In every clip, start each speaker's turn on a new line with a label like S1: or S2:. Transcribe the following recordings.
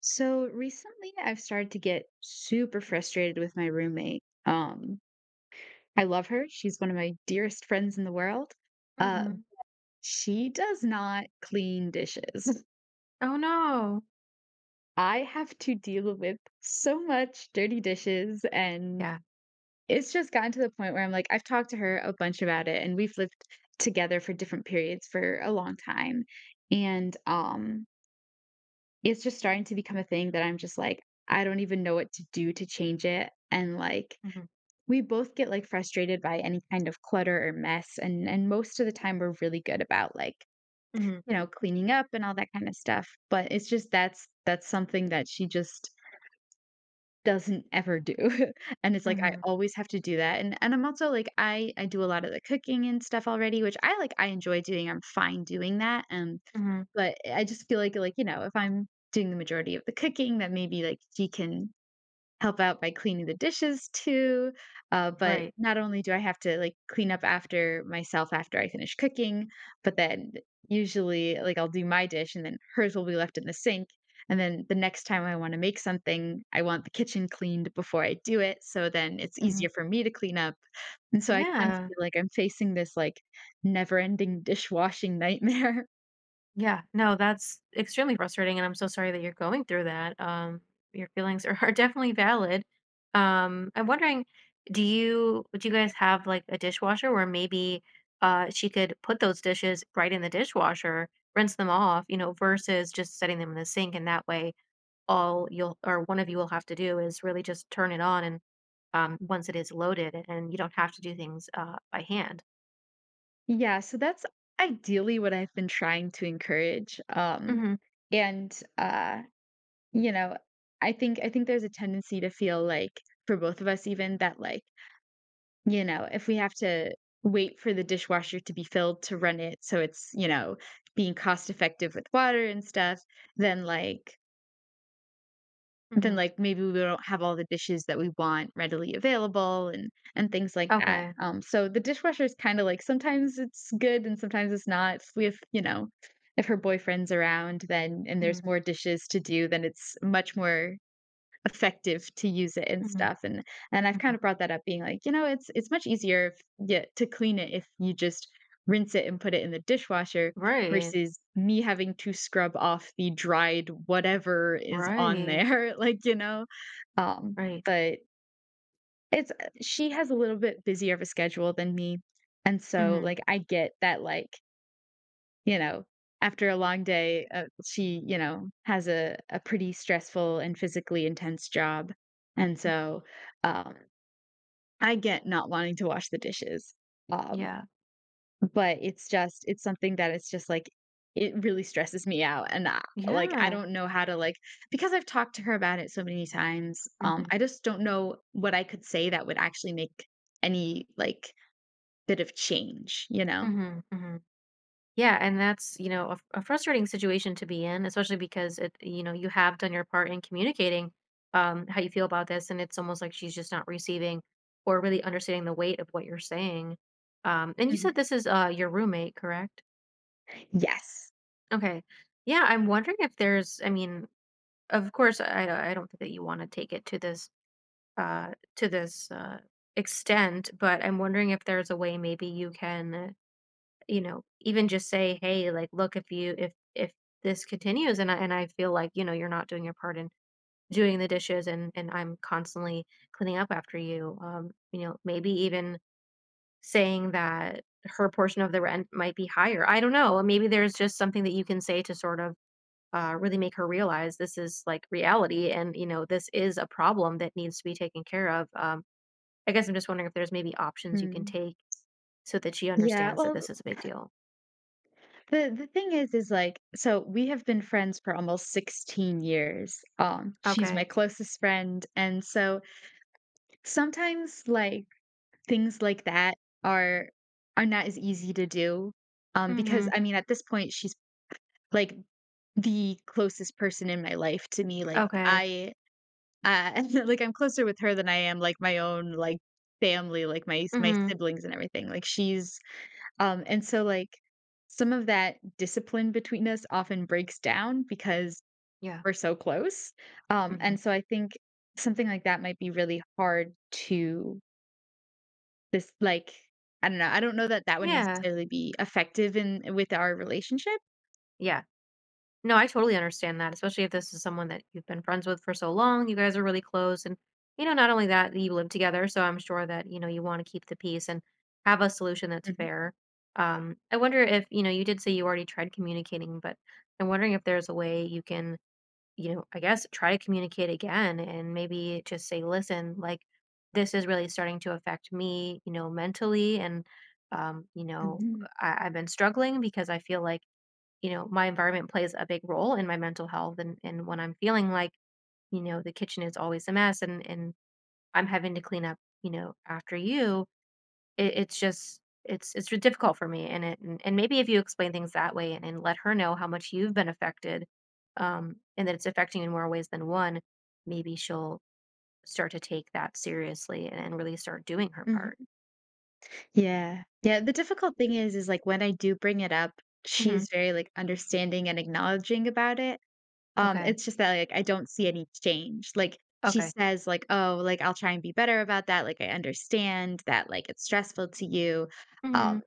S1: So recently I've started to get super frustrated with my roommate. I love her. She's one of my dearest friends in the world. Uh,
S2: Mhm.
S1: she does not clean dishes.
S2: Oh, no.
S1: I have to deal with so much dirty dishes, and
S2: Yeah.
S1: it's just gotten to the point where I'm like, I've talked to her a bunch about it, and we've lived together for different periods for a long time. And it's just starting to become a thing that I'm just like, I don't even know what to do to change it. And like,
S2: Mhm,
S1: we both get like frustrated by any kind of clutter or mess, and most of the time we're really good about like
S2: mhm,
S1: you know cleaning up and all that kind of stuff, but it's just that's something that she just doesn't ever do. And it's like I
S2: mhm,
S1: always have to do that, and I'm also like I do a lot of the cooking and stuff already, which I like, I enjoy doing, I'm fine doing that.
S2: mhm,
S1: But I just feel like you know, if I'm doing the majority of the cooking, that maybe like she can help out by cleaning the dishes too. But
S2: right,
S1: not only do I have to like clean up after myself after I finish cooking, but then usually like I'll do my dish and then hers will be left in the sink. And then the next time I want to make something, I want the kitchen cleaned before I do it, so then it's
S2: mhm.
S1: easier for me to clean up. And so I kind of
S2: Yeah,
S1: feel like I'm facing this like never ending dishwashing nightmare.
S2: yeah. No, that's extremely frustrating, and I'm so sorry that you're going through that. Your feelings are are definitely valid. I'm wondering, do you guys have, like, a dishwasher where maybe, she could put those dishes right in the dishwasher, rinse them off, you know, versus just setting them in the sink, and that way all you'll or one of you will have to do is really just turn it on and once it is loaded, and you don't have to do things by hand.
S1: Yeah. So that's ideally what I've been trying to encourage.
S2: Mhm,
S1: And You know, I think there's a tendency to feel like, for both of us even, that, like, you know, if we have to wait for the dishwasher to be filled to run it, so it's, you know, being cost effective with water and stuff, then, like then,
S2: mhm.
S1: like, maybe we don't have all the dishes that we want readily available, and things like that.
S2: Okay.
S1: So the dishwasher is kinda like sometimes it's good and sometimes it's not. If we have you know, if her boyfriend's around, then, and there's
S2: Mhm,
S1: more dishes to do, then it's much more effective to use it and
S2: mhm,
S1: stuff, and I've kind
S2: mhm.
S1: of brought that up being like, you know, it's much easier if yeah, to clean it if you just rinse it and put it in the dishwasher
S2: Right,
S1: versus me having to scrub off the dried whatever is on
S2: right,
S1: there. Like, you know. Um,
S2: right.
S1: but it's she has a little bit busier of a schedule than me. And so
S2: Mhm,
S1: like I get that, like you know, after a long day, she, you know, has a pretty stressful and physically intense job, and
S2: mhm.
S1: so, um, I get not wanting to wash the dishes, um,
S2: Yeah,
S1: but it's just it's something that it's just, like, it really stresses me out, and like, I
S2: yeah.
S1: don't know how to, like because I've talked to her about it so many times.
S2: Mhm,
S1: I just don't know what I could say that would actually make any, like, bit of change, you know?
S2: mhm, mhm. Yeah, and that's, you know, a frustrating situation to be in, especially because it, you know, you have done your part in communicating how you feel about this, and it's almost like she's just not receiving or really understanding the weight of what you're saying. And you said
S1: Mhm.
S2: this is your roommate, correct?
S1: Yes.
S2: Okay. Yeah, I'm wondering if there's, I mean, of course, I don't think that you want to take it to this extent, but I'm wondering if there's a way maybe you can, you know, even just say, "Hey, like look if you if this continues and I feel like, you know, you're not doing your part in doing the dishes and I'm constantly cleaning up after you." You know, maybe even saying that her portion of the rent might be higher. I don't know. Maybe there's just something that you can say to sort of really make her realize this is like reality and you know this is a problem that needs to be taken care of I guess I'm just wondering if there's maybe options you can
S1: Mm.
S2: take so that she
S1: Yeah,
S2: understands that
S1: well,
S2: this is a big deal.
S1: the thing is, like, so we have been friends for almost 16 years. She's my
S2: Okay.
S1: closest friend, and so sometimes, like, things like that are are not as easy to do, because,
S2: Mm-hmm.
S1: I mean, at this point, she's, like, the closest person in my life to me, like,
S2: Okay.
S1: I like, I'm closer with her than I am, like, my own, like, family, like, my
S2: Mm-hmm.
S1: siblings and everything, like, she's and so, like, some of that discipline between us often breaks down because
S2: Yeah.
S1: we're so close.
S2: Mm-hmm.
S1: And so I think something like that might be really hard to this, like, I don't know. I don't know that that would
S2: Yeah,
S1: necessarily be effective in with our relationship.
S2: yeah. No, I totally understand that, especially if this is someone that you've been friends with for so long. You guys are really close. And, you know, not only that, you live together. So I'm sure that, you know, you want to keep the peace and have a solution that's
S1: Mhm.
S2: fair. I wonder if, you know, you did say you already tried communicating, but I'm wondering if there's a way you can, you know, I guess try to communicate again and maybe just say, listen, like, this is really starting to affect me, you know, mentally. And, you know,
S1: Mhm.
S2: I've been struggling because I feel like, you know, my environment plays a big role in my mental health and when I'm feeling like, you know, the kitchen is always a mess and I'm having to clean up, you know, after you, it's just it's difficult for me and and maybe if you explain things that way and let her know how much you've been affected and that it's affecting you in more ways than one, maybe she'll start to take that seriously and, really start doing her
S1: Mhm.
S2: part.
S1: Yeah. Yeah, the difficult thing is, like, when I do bring it up,
S2: Hmm.
S1: she's very, like, understanding and acknowledging about it.
S2: Okay.
S1: It's just that, like, I don't see any change. Like, she
S2: Okay.
S1: says, like, "Oh, like, I'll try and be better about that. Like, I understand that, like, it's stressful to you." Um,
S2: Hmm.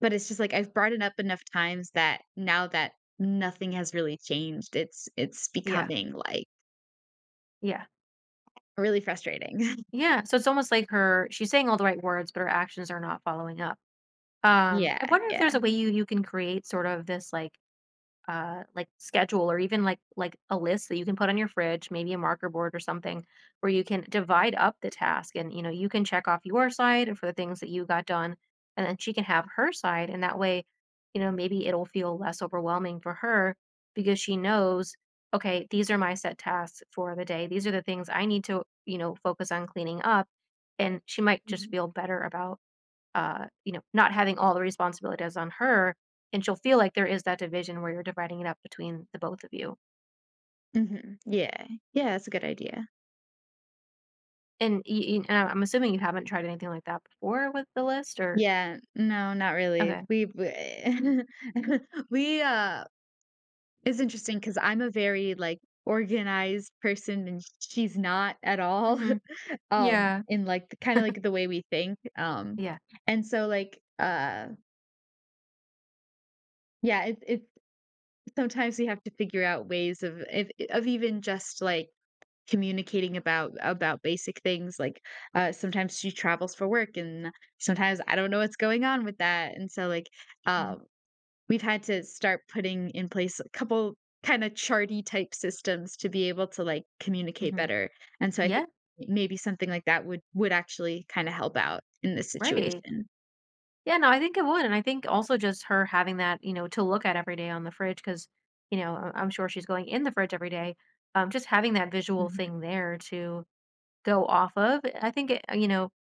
S1: but it's just, like, I've brought it up enough times that now that nothing has really changed, it's
S2: Yeah.
S1: becoming, like,
S2: Yeah.
S1: really frustrating.
S2: Yeah, so it's almost like her she's saying all the right words, but her actions are not following up.
S1: Yeah,
S2: I wonder if
S1: yeah.
S2: there's a way you can create sort of this like schedule or even like a list that you can put on your fridge, maybe a marker board or something where you can divide up the task and you know you can check off your side for the things that you got done and then she can have her side and that way you know maybe it'll feel less overwhelming for her because she knows okay these are my set tasks for the day these are the things I need to you know focus on cleaning up and she might just
S1: Mhm.
S2: feel better about you know, not having all the responsibilities on her, and she'll feel like there is that division where you're dividing it up between the both of you.
S1: Mhm. Yeah. Yeah, that's a good idea.
S2: And, y y and I'm assuming you haven't tried anything like that before with the list or
S1: Yeah, no, not really.
S2: okay.
S1: We w We it's interesting because 'cause I'm a very, like, organized person, and she's not at all.
S2: Mhm. Yeah.
S1: In, like, the kinda like the way we think,
S2: Yeah.
S1: and so, like, uh, yeah, it sometimes we have to figure out ways of if of even just, like, communicating about basic things, like, sometimes she travels for work and sometimes I don't know what's going on with that, and so, um
S2: Mhm,
S1: we've had to start putting in place a couple kinda charty type systems to be able to, like, communicate
S2: mhm.
S1: better, and so I think
S2: Yeah,
S1: maybe something like that would actually kinda help out in this
S2: right.
S1: situation.
S2: Yeah, no, I think it would, and I think also just her having that, you know, to look at every day on the fridge because you know, I'm sure she's going in the fridge every day. Just having that visual
S1: Mhm,
S2: thing there to go off of, I think it, you know,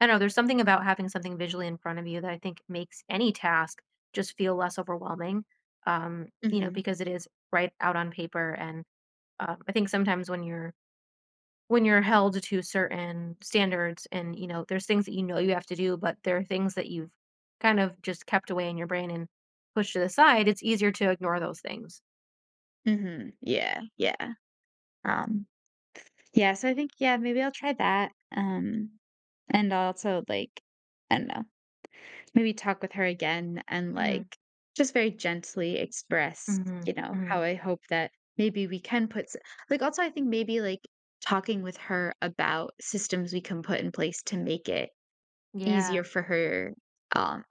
S2: I don't know, there's something about having something visually in front of you that I think makes any task just feel less overwhelming, you know,
S1: mhm,
S2: because it is right out on paper. And I think sometimes when you're held to certain standards and you know there's things that you know you have to do but there are things that you've kind of just kept away in your brain and pushed to the side it's easier to ignore those things.
S1: mhm, yeah, yeah, um, yeah, so I think, yeah, maybe I'll try that, and also, like, I dunno, maybe talk with her again, and
S2: Hmm.
S1: like just very gently express,
S2: Hmm.
S1: you know,
S2: Hmm.
S1: how I hope that maybe we can put s- like also I think maybe like talking with her about systems we can put in place to make it
S2: Yeah.
S1: easier for her um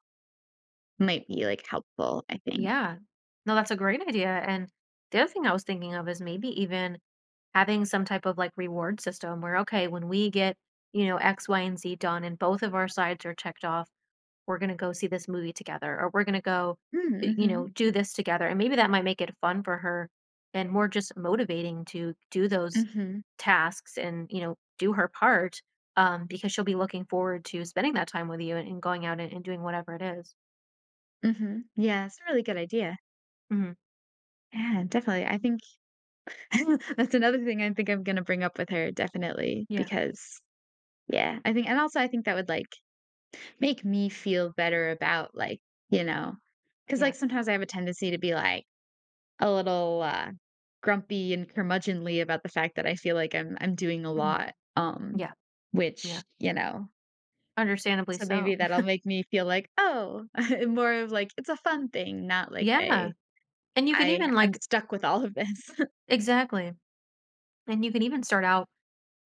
S1: might be like helpful, I think.
S2: Yeah. No, that's a great idea. And the other thing I was thinking of is maybe even having some type of like reward system where, okay, when we get, you know, X, Y, and Z done and both of our sides are checked off, we're going to go see this movie together or we're going to go, you know,
S1: Mm-hmm.
S2: do this together. And maybe that might make it fun for her and more just motivating to do those
S1: Mm-hmm.
S2: tasks and, you know, do her part because she'll be looking forward to spending that time with you and going out and doing whatever it is.
S1: Mm-hmm. Yeah, it's a really good idea.
S2: Mhm.
S1: Yeah, definitely. I think that's another thing I think I'm gonna bring up with her, definitely,
S2: Yeah.
S1: because yeah, I think, and also I think that would like make me feel better about like, you know, because
S2: Yeah.
S1: like sometimes I have a tendency to be like a little grumpy and curmudgeonly about the fact that I feel like I'm doing a
S2: Mhm.
S1: lot,
S2: Yeah, yeah,
S1: which you know,
S2: understandably
S1: so
S2: so.
S1: maybe that'll make me feel like oh, more of like it's a fun thing, not like
S2: Yeah,
S1: a
S2: and you can
S1: I
S2: even,
S1: I'm
S2: like
S1: stuck with all of this.
S2: exactly, and you can even start out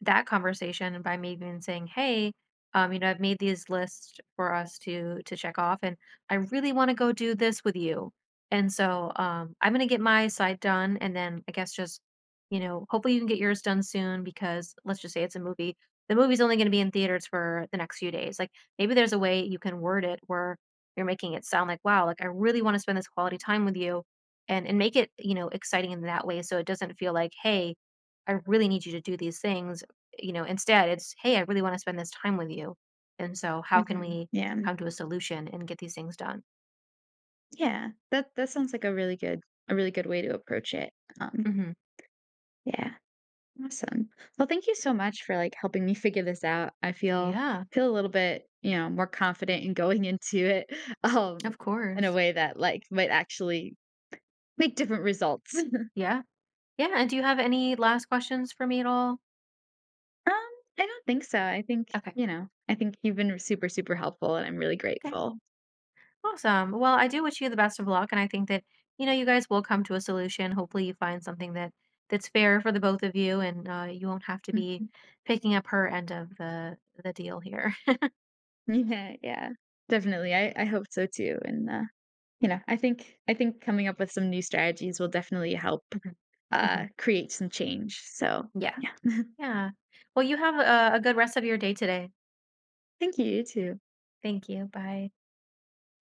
S2: that conversation by maybe even saying, "Hey, you know, I've made these lists for us to check off, and I really want to go do this with you. And so I'm gonna get my side done, and then I guess just, you know, hopefully you can get yours done soon because let's just say it's a movie. The movie's only gonna be in theaters for the next few days. Like maybe there's a way you can word it where you're making it sound like, wow, like I really want to spend this quality time with you, and make it you know exciting in that way, so it doesn't feel like, hey, I really need you to do these things you know, instead it's, "Hey, I really wanna spend this time with you." And so how can
S1: Hmm.
S2: we
S1: Yeah,
S2: come to a solution and get these things done?
S1: yeah, that that sounds like a really good way to approach it. Um,
S2: Mhm.
S1: yeah. Awesome. Well, thank you so much for like helping me figure this out. I feel
S2: Yeah,
S1: feel a little bit, you know, more confident in going into it. um
S2: of
S1: in a
S2: course.
S1: way that like might actually make different results.
S2: Yeah. Yeah, and do you have any last questions for me at all?
S1: Um, I don't think so. I think,
S2: Okay.
S1: you know, I think you've been super, super helpful, and I'm really
S2: Okay.
S1: grateful.
S2: Awesome. Well, I do wish you the best of luck, and I think that, you know, you guys will come to a solution. Hopefully, you find something that that's fair for the both of you, and, you won't have to be
S1: Mhm.
S2: picking up her end of the deal here.
S1: Yeah, yeah. Definitely. I hope so too. And you know, I think coming up with some new strategies will definitely help
S2: Mhm. Mhm.
S1: create some change. So
S2: Yeah.
S1: yeah.
S2: Yeah. Well, you have a good rest of your day today.
S1: Thank you, you too.
S2: Thank you. Bye.
S1: Bye.